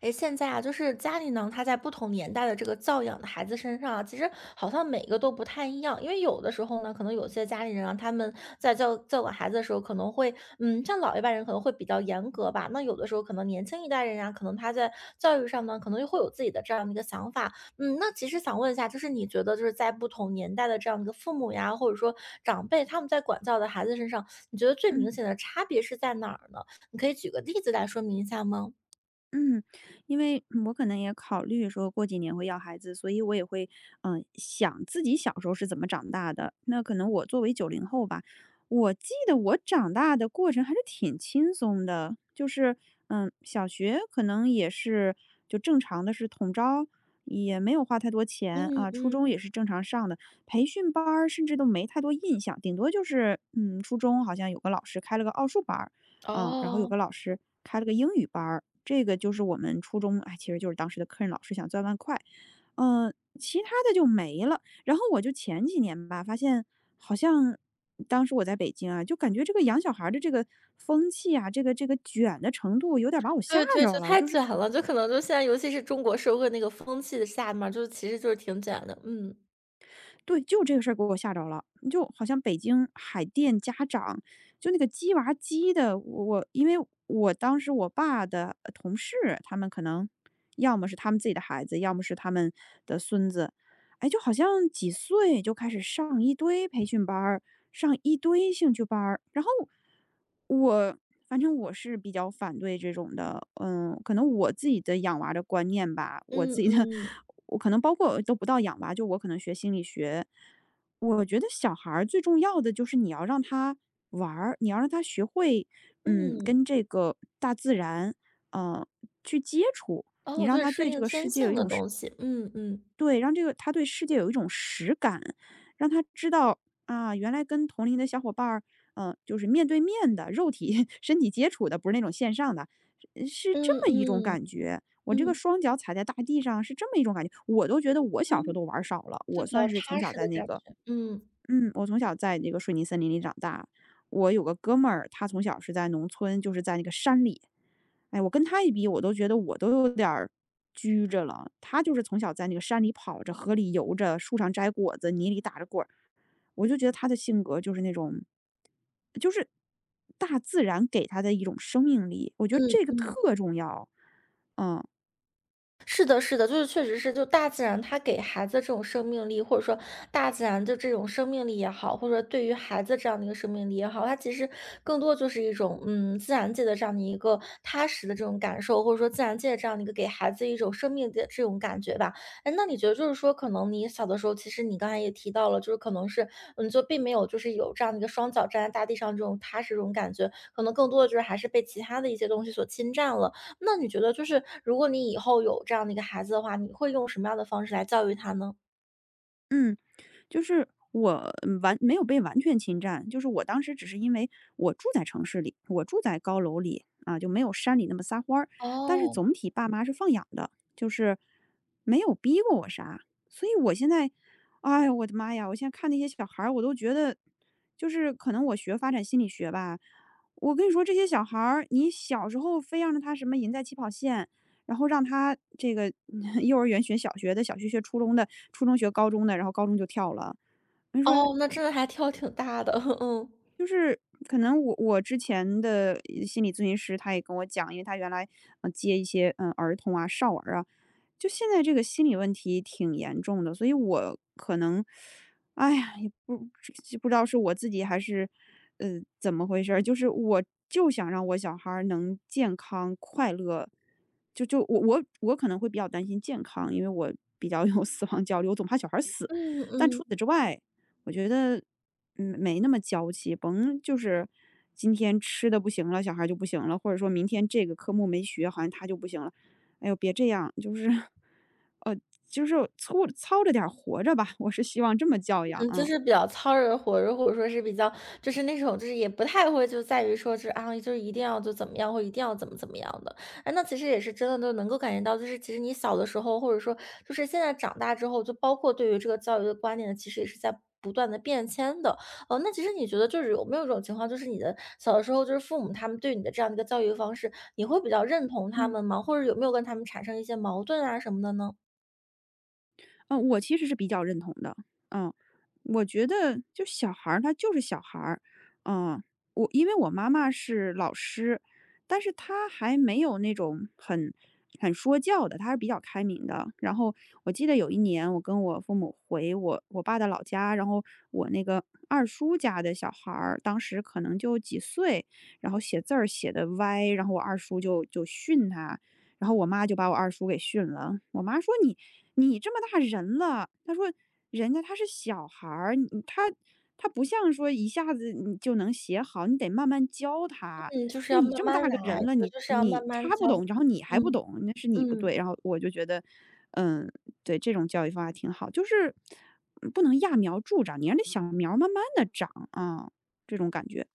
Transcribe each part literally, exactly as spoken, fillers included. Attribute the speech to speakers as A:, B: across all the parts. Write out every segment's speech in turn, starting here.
A: 诶，现在啊，就是家里呢，他在不同年代的这个教养的孩子身上啊，其实好像每个都不太一样。因为有的时候呢，可能有些家里人啊，他们在教教管孩子的时候，可能会，嗯，像老一辈人可能会比较严格吧。那有的时候可能年轻一代人啊，可能他在教育上呢，可能又会有自己的这样的一个想法。嗯，那其实想问一下，就是你觉得就是在不同年代的这样的一个父母呀，或者说长辈，他们在管教的孩子身上，你觉得最明
B: 嗯
A: 显的差别是在哪儿呢？你可以举个例子来说明一下吗？
B: 嗯，因为嗯我可能也考虑说过几年会要孩子，所以我也会嗯、呃想自己小时候是怎么长大的。那可能我作为九零后吧，我记得我长大的过程还是挺轻松的，就是嗯小学可能也是就正常的是统招，也没有花太多钱
A: 嗯
B: 啊，初
A: 嗯。
B: 中也是正常上的，培训班儿甚至都没太多印象，顶多就是嗯初中好像有个老师开了个奥数班啊，然后有
A: 哦。
B: 个老师开了个英语班儿，这个就是我们初中哎，其实就是当时的客人老师想赚外快，嗯，其他的就没了。然后我就前几年吧，发现好像当时我在北京啊，就感觉这个养小孩儿的这个风气啊，这个这个卷的程度有点儿把我吓
A: 对对，
B: 着
A: 就
B: 了，
A: 太
B: 就是
A: 卷了，就可能就现在尤其是中国社会那个风气的下面儿就是其实就是挺卷的，嗯。
B: 对，就这个事儿给我吓着了。就好像北京海淀家长，就那个鸡娃鸡的，我我因为我当时我爸的呃同事，他们可能要么是他们自己的孩子，要么是他们的孙子，哎，就好像几岁就开始上一堆培训班儿，上一堆兴趣班儿。然后我反正我是比较反对这种的，嗯，可能我自己的养娃的观念吧，我
A: 嗯
B: 自己的，
A: 嗯。
B: 我可能包括都不到养娃，就我可能学心理学，我觉得小孩儿最重要的就是你要让他玩儿，你要让他学会，嗯，
A: 嗯。
B: 跟这个大自然，呃，去接触，你
A: 哦，就
B: 让
A: 是
B: 他
A: 顺
B: 对这
A: 应
B: 个世
A: 天
B: 界有
A: 性
B: 一
A: 的
B: 种
A: 东西，嗯嗯。
B: 对，让这个他对世界有一种实感，让他知道啊，原来跟同龄的小伙伴儿，呃，就是面对面的肉体 身体接触的，不是那种线上的，是是这
A: 嗯
B: 么一种
A: 嗯。
B: 感觉。我这个
A: 嗯。
B: 双脚踩在大地上是这么一种感觉，我都觉得我小时候
A: 嗯。
B: 都玩儿少了。
A: 就
B: 我
A: 比较
B: 算是从
A: 踏
B: 小
A: 实
B: 在
A: 的
B: 那
A: 感
B: 个，
A: 觉，嗯，
B: 嗯，我从小在那个水泥森林里长大。我有个哥们儿，他从小是在农村，就是在那个山里。哎，我跟他一比，我都觉得我都有点儿拘着了。他就是从小在那个山里跑着、河里游着、树上摘果子、泥里打着滚儿，我就觉得他的性格就是那种，就是大自然给他的一种生命力，我觉得这个
A: 嗯。
B: 特重要。嗯
A: 是的，是的，就是确实是，就大自然它给孩子这种生命力，或者说大自然的这种生命力也好，或者说对于孩子这样的一个生命力也好，它其实更多就是一种嗯自然界的这样的一个踏实的这种感受，或者说自然界的这样的一个给孩子一种生命的这种感觉吧。哎，那你觉得就是说，可能你小的时候，其实你刚才也提到了，就是可能是嗯，就并没有就是有这样的一个双脚站在大地上这种踏实这种感觉，可能更多的就是还是被其他的一些东西所侵占了。那你觉得就是如果你以后有这样的一个孩子的话，你会用什么样的方式来教育他呢？
B: 嗯。就是我嗯完没有被完全侵占，就是我当时只是因为我住在城市里，我住在高楼里啊，就没有山里那么撒欢儿。但是
A: 哦。
B: 总体爸妈是放养的，就是没有逼过我啥。所以我现在，哎呀，我的妈呀！我现在看那些小孩儿，我都觉得，就是可能我学发展心理学吧，我跟你说，这些小孩儿，你小时候非要让他什么赢在起跑线，然后让他这个嗯 幼儿园学小学的，小学学初中的，初中学高中的，然后高中就跳了。我跟你说，
A: 哦，那真的还挑挺大的，嗯。
B: 就是可能我我之前的呃心理咨询师他也跟我讲，因为他原来嗯呃接一些嗯儿童啊、少儿啊，就现在这个心理问题挺严重的，所以我可能，哎呀，也不不知道是我自己还是，呃，怎么回事儿，就是我就想让我小孩儿能健康快乐，就就我我我可能会比较担心健康，因为我比较 有死亡焦虑，我总怕小孩儿死。
A: 嗯
B: 但
A: 嗯。
B: 除此之外，我觉得，嗯，没那么娇气，甭就是今天吃的不行了，小孩儿就不行了，或者说明天这个科目没学，好像他就不行了。哎呦，别这样，就是，呃，就是粗糙着点儿活着吧，我是希望这么教养
A: 嗯，就
B: 啊，
A: 是比较糙热火热，或者说是比较就是那种就是也不太会就在于说是啊，就是一定要就怎么样，或一定要怎么怎么样的。哎，那其实也是真的都能够感觉到，就是其实你小的时候，或者说就是现在长大之后，就包括对于这个教育的观念，其实也是在。不断的变迁的，哦，那其实你觉得就是有没有一种情况，就是你的小的时候，就是父母他们对你的这样的一个教育方式，你会比较认同他
B: 嗯。
A: 们吗？或者有没有跟他们产生一些矛盾啊什么的呢？
B: 嗯，呃我其实是比较认同的，嗯，我觉得就小孩儿他就是小孩儿，嗯，我因为我妈妈是老师，但是她还没有那种很很说教的，她是比较开明的。然后我记得有一年，我跟我父母回我我爸的老家，然后我那个二叔家的小孩儿，当时可能就几岁，然后写字儿写的歪，然后我二叔就就训他，然后我妈就把我二叔给训了。我妈说你你这么大人了，他说人家他是小孩儿，你他他不像说一下子你就能写好，你得慢慢教他。
A: 嗯，就是
B: 说
A: 要
B: 你
A: 慢
B: 这么
A: 慢
B: 大个
A: 来，
B: 人了，
A: 对，
B: 你
A: 就是要
B: 你
A: 慢慢
B: 他不
A: 教，
B: 懂，然后你还不
A: 嗯。
B: 懂，那是你不
A: 嗯，
B: 对。然后我就觉得，嗯，对这种教育方法挺好，就是嗯不能揠苗助长，你让那小苗慢慢的长啊，这种感觉。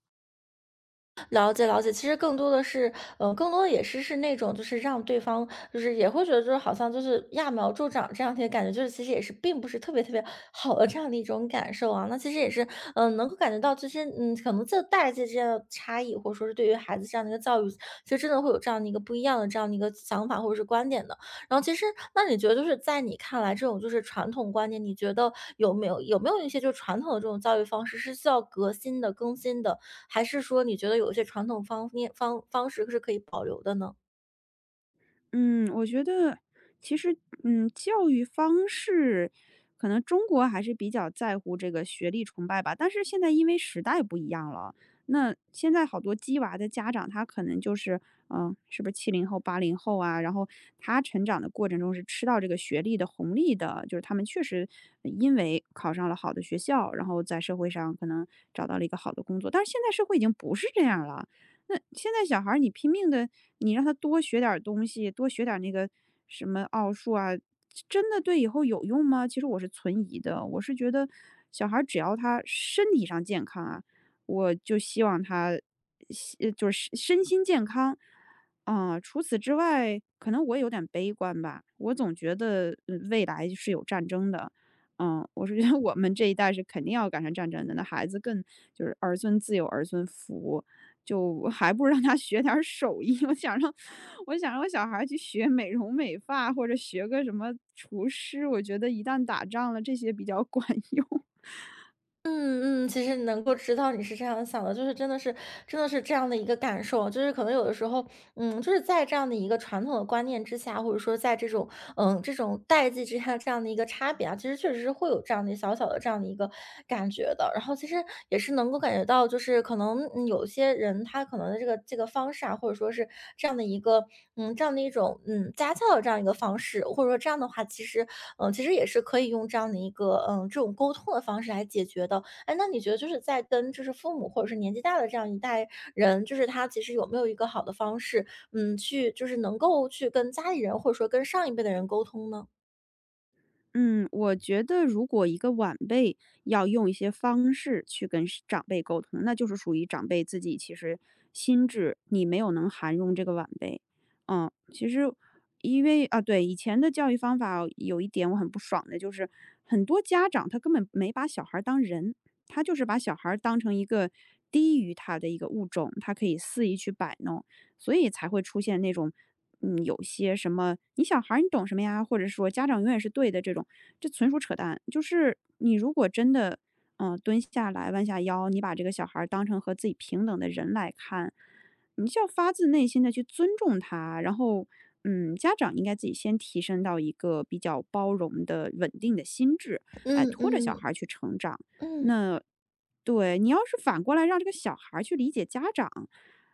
A: 了解了解。其实更多的是，嗯，更多的也是是那种，就是让对方就是也会觉得，就是好像就是揠苗助长这样的一个感觉，就是其实也是并不是特别特别好的这样的一种感受啊。那其实也是，嗯、能够感觉到，其实嗯，可能这代际之间的差异，或者说是对于孩子这样的一个教育，其实真的会有这样的一个不一样的这样的一个想法或者是观点的。然后其实，那你觉得就是在你看来，这种就是传统观念，你觉得有没有有没有一些就传统的这种教育方式是需要革新的、更新的？还是说你觉得有一些传统方面方方式是可以保留的呢？
B: 嗯，我觉得其实，嗯，教育方式，可能中国还是比较在乎这个学历崇拜吧。但是现在因为时代不一样了，那现在好多鸡娃的家长，他可能就是，嗯、是不是七零后、八零后啊？然后他成长的过程中是吃到这个学历的红利的，就是他们确实因为考上了好的学校，然后在社会上可能找到了一个好的工作。但是现在社会已经不是这样了。那现在小孩儿你拼命的。你让他多学点儿东西，多学点儿那个什么奥数啊，真的对以后有用吗？其实我是存疑的。我是觉得小孩儿只要他身体上健康啊，我就希望他西就是身心健康。啊、除此之外，可能我有点悲观吧。我总觉得嗯未来是有战争的，嗯，我是觉得我们这一代是肯定要赶上战争的，那孩子更就是儿孙自有儿孙福，就还不如让他学点儿手艺，我想让我想让我小孩儿去学美容美发，或者学个什么厨师，我觉得一旦打仗了，这些比较管 用。
A: 嗯嗯，其实能够知道你是这样想的，就是真的是真的是这样的一个感受，就是可能有的时候，嗯，就是在这样的一个传统的观念之下，或者说在这种嗯这种代际之下这样的一个差别啊，其实确实是会有这样的小小的这样的一个感觉的。然后其实也是能够感觉到，就是可能嗯有些人他可能的这个这个方式啊，或者说是这样的一个嗯这样的一种嗯家教的这样一个方式，或者说这样的话，其实嗯其实也是可以用这样的一个嗯这种沟通的方式来解决的。哎，那你觉得就是在跟就是父母或者是年纪大的这样一代人，就是他其实有没有一个好的方式？嗯，去就是能够去跟家里人，或者说跟上一辈的人沟通呢？
B: 嗯，我觉得如果一个晚辈要用一些方式去跟是长辈沟通，那就是属于长辈自己其实心智你没有能涵容这个晚辈。嗯，其实因为啊，对，以前的教育方法有一点我很不爽的，就是很多家长他根本没把小孩儿当人，他就是把小孩儿当成一个低于他的一个物种，他可以肆意去摆弄。所以才会出现那种，嗯，有些什么"你小孩儿你懂什么呀"，或者说"家长永远是对的"这种，这纯属扯淡。就是你如果真的，嗯、蹲下来弯下腰，你把这个小孩儿当成和自己平等的人来看，你就要发自内心的去尊重他，然后。嗯，家长应该自己先提升到一个比较包容的、稳定的心智，来
A: 嗯
B: 拖着小
A: 嗯
B: 孩儿去成长。
A: 嗯
B: 那对你要是反过来让这个小孩儿去理解家长，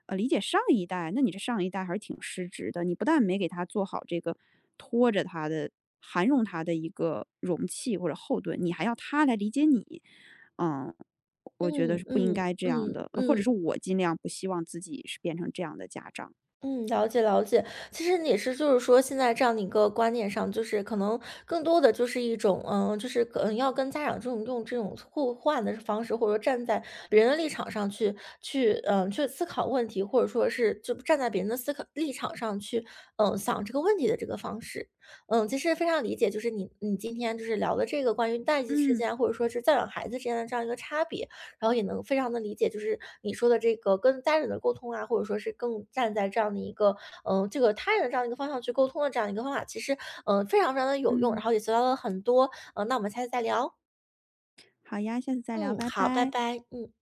B: 呃，理解上一代，那你这上一代还是挺失职的。你不但没给他做好这个拖着他的、涵容他的一个容器或者后盾，你还要他来理解你，嗯，我觉得
A: 嗯
B: 是不应
A: 嗯
B: 该这样
A: 嗯
B: 的，呃或
A: 嗯
B: 者
A: 嗯
B: 是我尽量不希望自己是变成这样的家长。
A: 嗯，了解了解。其实你也是，就是说现在这样的一个观念上，就是可能更多的就是一种，嗯，就是可能要跟家长这种用这种互换的方式，或者说站在别人的立场上去去，嗯，去思考问题，或者说是就站在别人的思考立场上去，嗯，想这个问题的这个方式。嗯，其实非常理解，就是你你今天就是聊的这个关于代际之
B: 嗯
A: 间，或者说是教养孩子之间的这样一个差别。然后也能非常的理解，就是你说的这个跟家人的沟通啊，或者说是更站在这样的一个，嗯，呃这个他人的这样的一个方向去沟通的这样一个方法，其实，嗯呃非常非常的有用，然
B: 嗯，
A: 后也学到了很多，嗯，那我们下次再聊。
B: 好呀，下次再聊，
A: 嗯，
B: 拜
A: 好，拜
B: 拜。
A: 拜，嗯。